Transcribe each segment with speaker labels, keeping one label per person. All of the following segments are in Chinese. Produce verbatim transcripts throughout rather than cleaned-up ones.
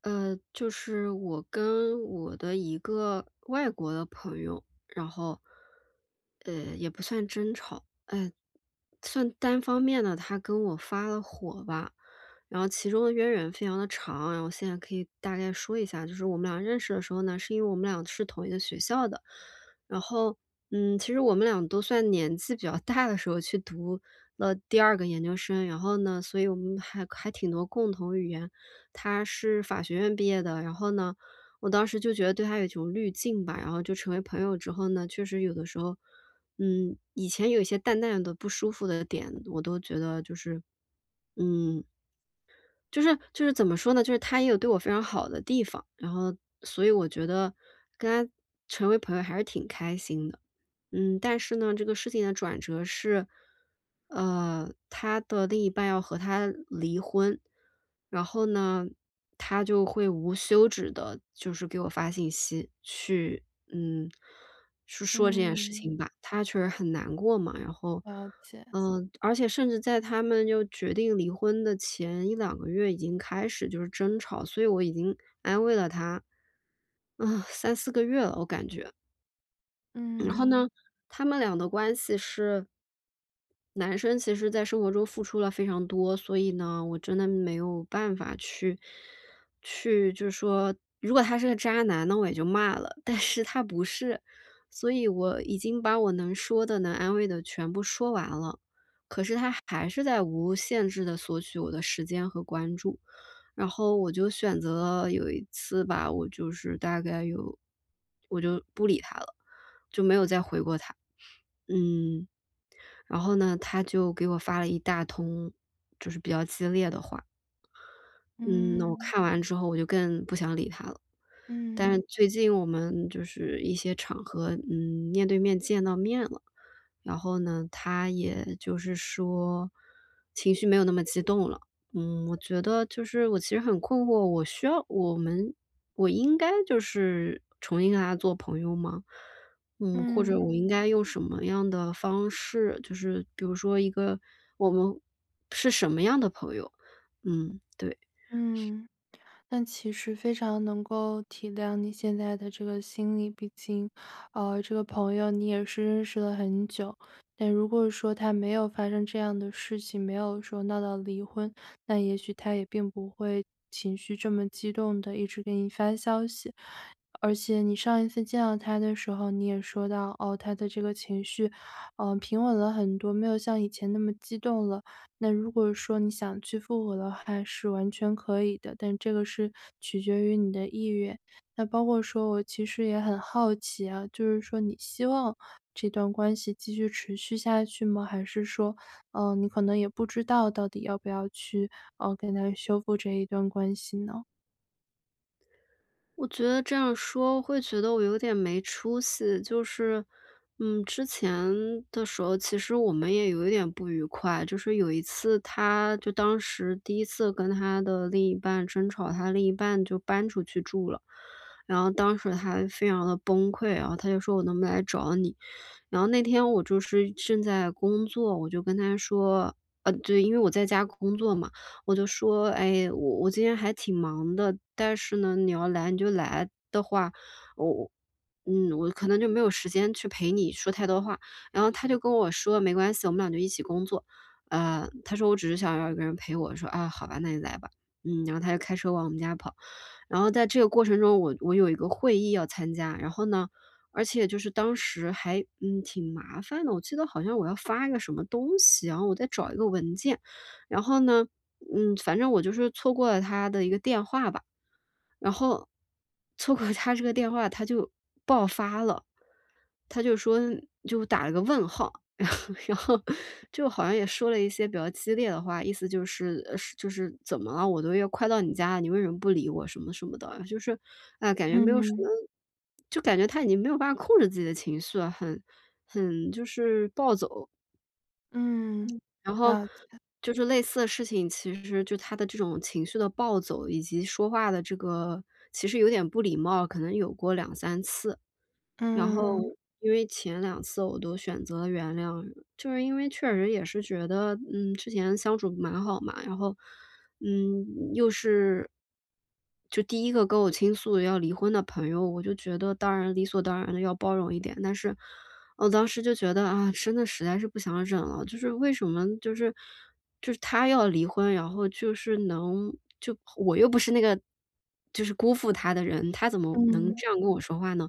Speaker 1: 呃，就是我跟我的一个外国的朋友，然后，呃，也不算争吵，哎，算单方面的，他跟我发了火吧。然后其中的渊源非常的长，然后现在可以大概说一下，就是我们俩认识的时候呢，是因为我们俩是同一个学校的，然后，嗯，其实我们俩都算年纪比较大的时候去读了第二个研究生，然后呢，所以我们还还挺多共同语言。他是法学院毕业的，然后呢，我当时就觉得对他有一种滤镜吧，然后就成为朋友之后呢，确实有的时候，嗯，以前有一些淡淡的不舒服的点，我都觉得就是，嗯，就是就是怎么说呢，就是他也有对我非常好的地方，然后所以我觉得跟他成为朋友还是挺开心的。嗯，但是呢，这个事情的转折是，呃，他的另一半要和他离婚，然后呢，他就会无休止的，就是给我发信息去，嗯，去说这件事
Speaker 2: 嗯，
Speaker 1: 情吧。他确实很难过嘛，然后
Speaker 2: 了解。
Speaker 1: 嗯，而且甚至在他们就决定离婚的前一两个月已经开始就是争吵，所以我已经安慰了他，啊三四个月了，我感觉。然后呢，
Speaker 2: 嗯，
Speaker 1: 他们俩的关系是男生其实在生活中付出了非常多，所以呢，我真的没有办法去去就是说，如果他是个渣男，那我也就骂了，但是他不是，所以我已经把我能说的、能安慰的全部说完了，可是他还是在无限制的索取我的时间和关注。然后我就选择了有一次吧，我就是大概有我就不理他了。就没有再回过他。嗯，然后呢，他就给我发了一大通，就是比较激烈的话。嗯，那我
Speaker 2: 嗯，
Speaker 1: 看完之后我就更不想理他了。但是
Speaker 2: 嗯，
Speaker 1: 最近我们就是一些场合，嗯，面对面见到面了，然后呢，他也就是说情绪没有那么激动了。嗯，我觉得就是我其实很困惑，我需要我们我应该就是重新跟他做朋友吗？嗯，或者
Speaker 2: 嗯，
Speaker 1: 我嗯应该用什么样的方式，就是比如说一个我们是什么样的朋友？嗯，对。
Speaker 2: 嗯。但其实非常能够体谅你现在的这个心理，毕竟，呃，这个朋友你也是认识了很久。但如果说他没有发生这样的事情，没有说闹到离婚，那也许他也并不会情绪这么激动的一直给你发消息。而且你上一次见到他的时候，你也说到，哦，他的这个情绪，嗯、平稳了很多，没有像以前那么激动了。那如果说你想去复活的话是完全可以的，但这个是取决于你的意愿。那包括说我其实也很好奇啊，就是说你希望这段关系继续持续下去吗？还是说，嗯，你可能也不知道到底要不要去，呃，跟他修复这一段关系呢？
Speaker 1: 我觉得这样说会觉得我有点没出息，就是，嗯，之前的时候其实我们也有一点不愉快，就是有一次他就当时第一次跟他的另一半争吵，他另一半就搬出去住了，然后当时他非常的崩溃，然后他就说：“我能不能来找你？”然后那天我就是正在工作，我就跟他说呃，对，因为我在家工作嘛，我就说：“哎，我我今天还挺忙的，但是呢，你要来你就来的话，我嗯，我可能就没有时间去陪你说太多话。”然后他就跟我说：“没关系，我们俩就一起工作。”呃，他说：“我只是想要一个人陪我。”说：“啊，好吧，那你来吧。”嗯，然后他就开车往我们家跑。然后在这个过程中，我我有一个会议要参加，然后呢而且就是当时还，嗯，挺麻烦的，我记得好像我要发一个什么东西，然后我再找一个文件，然后呢，嗯，反正我就是错过了他的一个电话吧，然后错过他这个电话，他就爆发了，他就说就打了个问号。然后就好像也说了一些比较激烈的话，意思就是呃，是就是“怎么了？我都要快到你家了，你为什么不理我？”什么什么的。就是，哎，感觉没有什么
Speaker 2: 嗯，
Speaker 1: 就感觉他已经没有办法控制自己的情绪了，很很就是暴走。
Speaker 2: 嗯，
Speaker 1: 然后
Speaker 2: 了解。
Speaker 1: 就是类似的事情，其实就他的这种情绪的暴走，以及说话的这个其实有点不礼貌，可能有过两三次。然后
Speaker 2: 嗯，
Speaker 1: 因为前两次我都选择了原谅，就是因为确实也是觉得，嗯，之前相处蛮好嘛，然后，嗯，又是就第一个跟我倾诉要离婚的朋友，我就觉得当然理所当然的要包容一点，但是我当时就觉得，啊，真的实在是不想忍了，就是为什么就是就是他要离婚，然后就是能就我又不是那个就是辜负他的人，他怎么能
Speaker 2: 嗯，
Speaker 1: 这样跟我说话呢？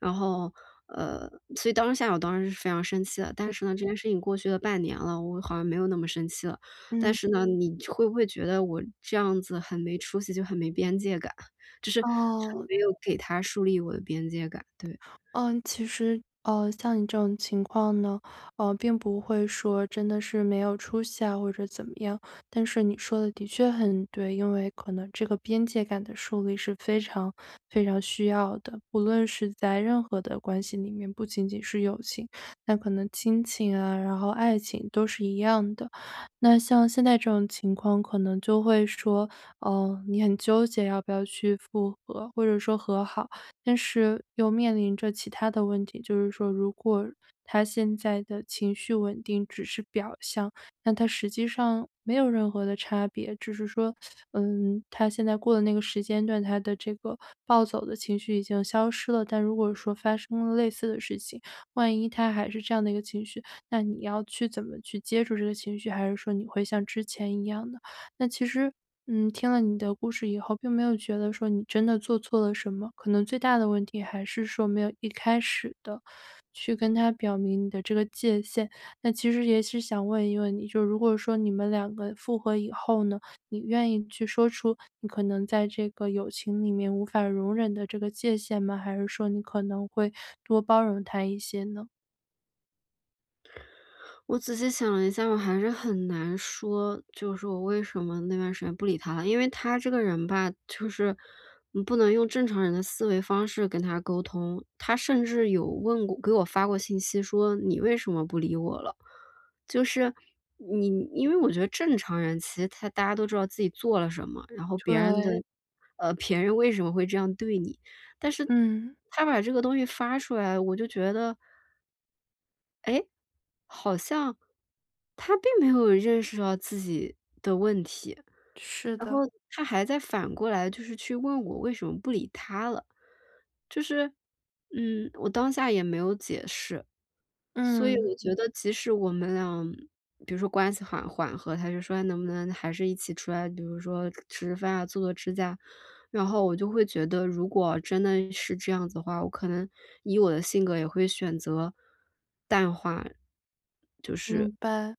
Speaker 1: 然后，呃，所以当下我当时是非常生气的，但是呢，这件事情过去了半年了，我好像没有那么生气了。但
Speaker 2: 嗯，
Speaker 1: 是呢，你会不会觉得我这样子很没出息，就很没边界感，就是很
Speaker 2: 哦。
Speaker 1: 没有给他树立我的边界感，对。
Speaker 2: 嗯，其实，呃，像你这种情况呢，呃，并不会说真的是没有出息啊，或者怎么样。但是你说的的确很对，因为可能这个边界感的树立是非常非常需要的，不论是在任何的关系里面，不仅仅是友情，那可能亲情啊，然后爱情都是一样的。那像现在这种情况，可能就会说，嗯、你很纠结要不要去复合，或者说和好。但是又面临着其他的问题，就是说如果他现在的情绪稳定只是表象，那他实际上没有任何的差别，只是说，嗯，他现在过了那个时间段，他的这个暴走的情绪已经消失了。但如果说发生了类似的事情，万一他还是这样的一个情绪，那你要去怎么去接住这个情绪，还是说你会像之前一样呢？那其实，嗯，听了你的故事以后，并没有觉得说你真的做错了什么，可能最大的问题还是说没有一开始的去跟他表明你的这个界限。那其实也是想问一问你，就如果说你们两个复合以后呢，你愿意去说出你可能在这个友情里面无法容忍的这个界限吗？还是说你可能会多包容他一些呢？
Speaker 1: 我仔细想了一下，我还是很难说，就是我为什么那段时间不理他了。因为他这个人吧，就是你不能用正常人的思维方式跟他沟通。他甚至有问过，给我发过信息说：“你为什么不理我了？”就是你，因为我觉得正常人其实他大家都知道自己做了什么，然后别人的，嗯
Speaker 2: 对，
Speaker 1: 呃，别人为什么会这样对你，但是
Speaker 2: 嗯，
Speaker 1: 他把这个东西发出来，我就觉得。哎，好像他并没有认识到自己的问题，
Speaker 2: 是
Speaker 1: 然后
Speaker 2: 的，
Speaker 1: 他还在反过来就是去问我为什么不理他了。就是，嗯，我当下也没有解释，所以
Speaker 2: 嗯，
Speaker 1: 我觉得即使我们俩，比如说关系缓缓和，他就说：“哎，能不能还是一起出来，比如说吃吃饭啊，做做指甲。”然后我就会觉得，如果真的是这样子的话，我可能以我的性格也会选择淡化。是，
Speaker 2: 明白。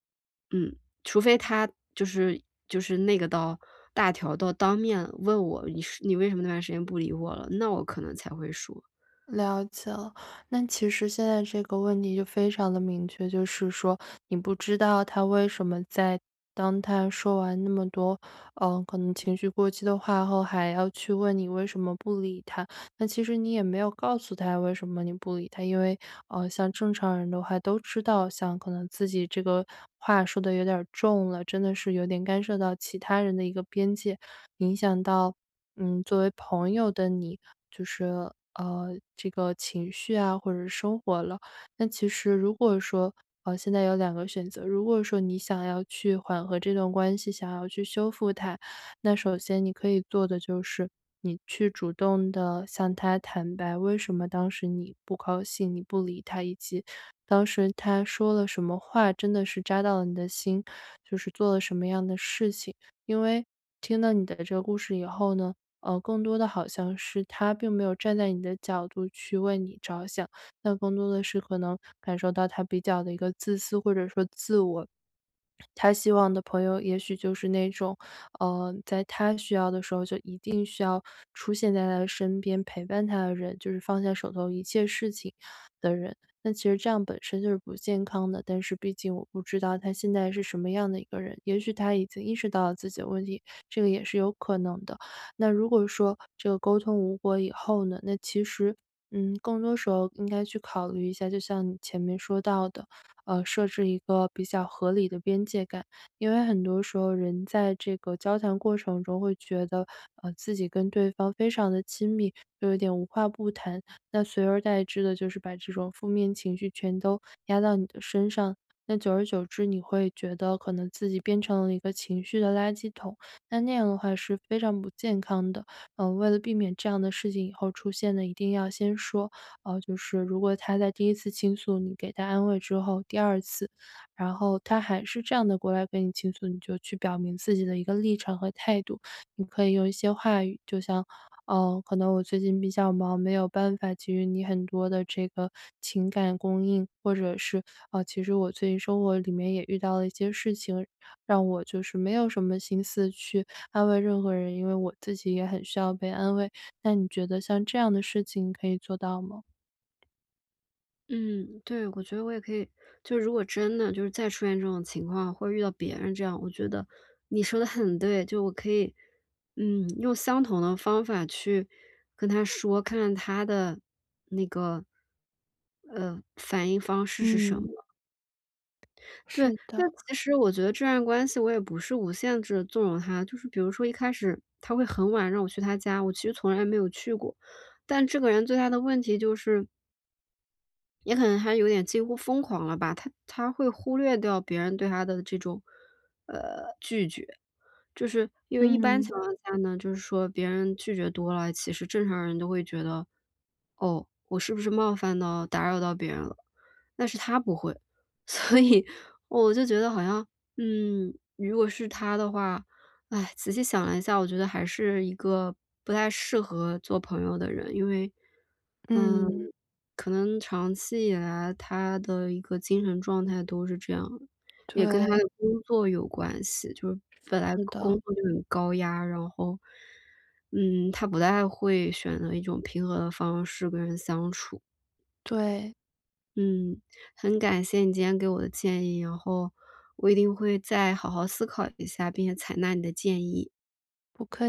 Speaker 1: 嗯，除非他就是就是那个到大条到当面问我：“你是你为什么那段时间不理我了？”那我可能才会说。
Speaker 2: 了解了，那其实现在这个问题就非常的明确，就是说你不知道他为什么在当他说完那么多，嗯，可能情绪过激的话后，还要去问你为什么不理他。那其实你也没有告诉他为什么你不理他，因为，呃，像正常人的话都知道，像可能自己这个话说的有点儿重了，真的是有点干涉到其他人的一个边界，影响到嗯，作为朋友的你，就是呃，这个情绪啊，或者是生活了。那其实如果说，呃，现在有两个选择，如果说你想要去缓和这段关系，想要去修复它，那首先你可以做的就是，你去主动的向他坦白，为什么当时你不高兴，你不理他，以及当时他说了什么话，真的是扎到了你的心，就是做了什么样的事情，因为。听到你的这个故事以后呢，呃，更多的好像是他并没有站在你的角度去为你着想，那更多的是可能感受到他比较的一个自私或者说自我。他希望的朋友也许就是那种，呃，在他需要的时候就一定需要出现在他的身边陪伴他的人，就是放下手头一切事情，那其实这样本身就是不健康的，但是毕竟我不知道他现在是什么样的一个人，也许他已经意识到了自己的问题，这个也是有可能的。那如果说这个沟通无果以后呢，那其实，嗯，更多时候应该去考虑一下，就像你前面说到的，呃，设置一个比较合理的边界感，因为很多时候人在这个交谈过程中会觉得，呃，自己跟对方非常的亲密，就有点无话不谈。那随而代之的就是把这种负面情绪全都压到你的身上。那久而久之，你会觉得可能自己变成了一个情绪的垃圾桶，那那样的话是非常不健康的。嗯，为了避免这样的事情以后出现呢，一定要先说，呃，就是如果他在第一次倾诉，你给他安慰之后，第二次，然后他还是这样的过来跟你倾诉，你就去表明自己的一个立场和态度。你可以用一些话语，就像哦，可能我最近比较忙，没有办法给予你很多的这个情感供应，或者是啊，其实我最近生活里面也遇到了一些事情，让我就是没有什么心思去安慰任何人，因为我自己也很需要被安慰。那你觉得像这样的事情可以做到吗？
Speaker 1: 嗯，对，我觉得我也可以就如果真的就是再出现这种情况，或者遇到别人这样，我觉得你说的很对，就我可以，嗯，用相同的方法去跟他说，看看他的那个，呃，反应方式是什么。
Speaker 2: 嗯，
Speaker 1: 对，
Speaker 2: 是
Speaker 1: 那
Speaker 2: 的，
Speaker 1: 其实我觉得这段关系我也不是无限制地纵容他，就是比如说一开始他会很晚让我去他家，我其实从来没有去过，但这个人最大的问题就是也可能他有点近乎疯狂了吧，他他会忽略掉别人对他的这种，呃，拒绝。就是因为一般
Speaker 2: 嗯，
Speaker 1: 情况下呢，就是说别人拒绝多了，其实正常人都会觉得，哦，我是不是冒犯到、打扰到别人了？但是他不会，所以我就觉得好像，嗯，如果是他的话，哎，仔细想了一下，我觉得还是一个不太适合做朋友的人，因为，嗯，
Speaker 2: 嗯，
Speaker 1: 可能长期以来他的一个精神状态都是这样。也跟他
Speaker 2: 对，
Speaker 1: 的工作有关系，就是本来
Speaker 2: 是
Speaker 1: 工
Speaker 2: 的，
Speaker 1: 作就很高压，然后，嗯，他不太会选择一种平和的方式跟人相处。
Speaker 2: 对，
Speaker 1: 嗯，很感谢你今天给我的建议，然后我一定会再好好思考一下，并且采纳你的建议。
Speaker 2: 不客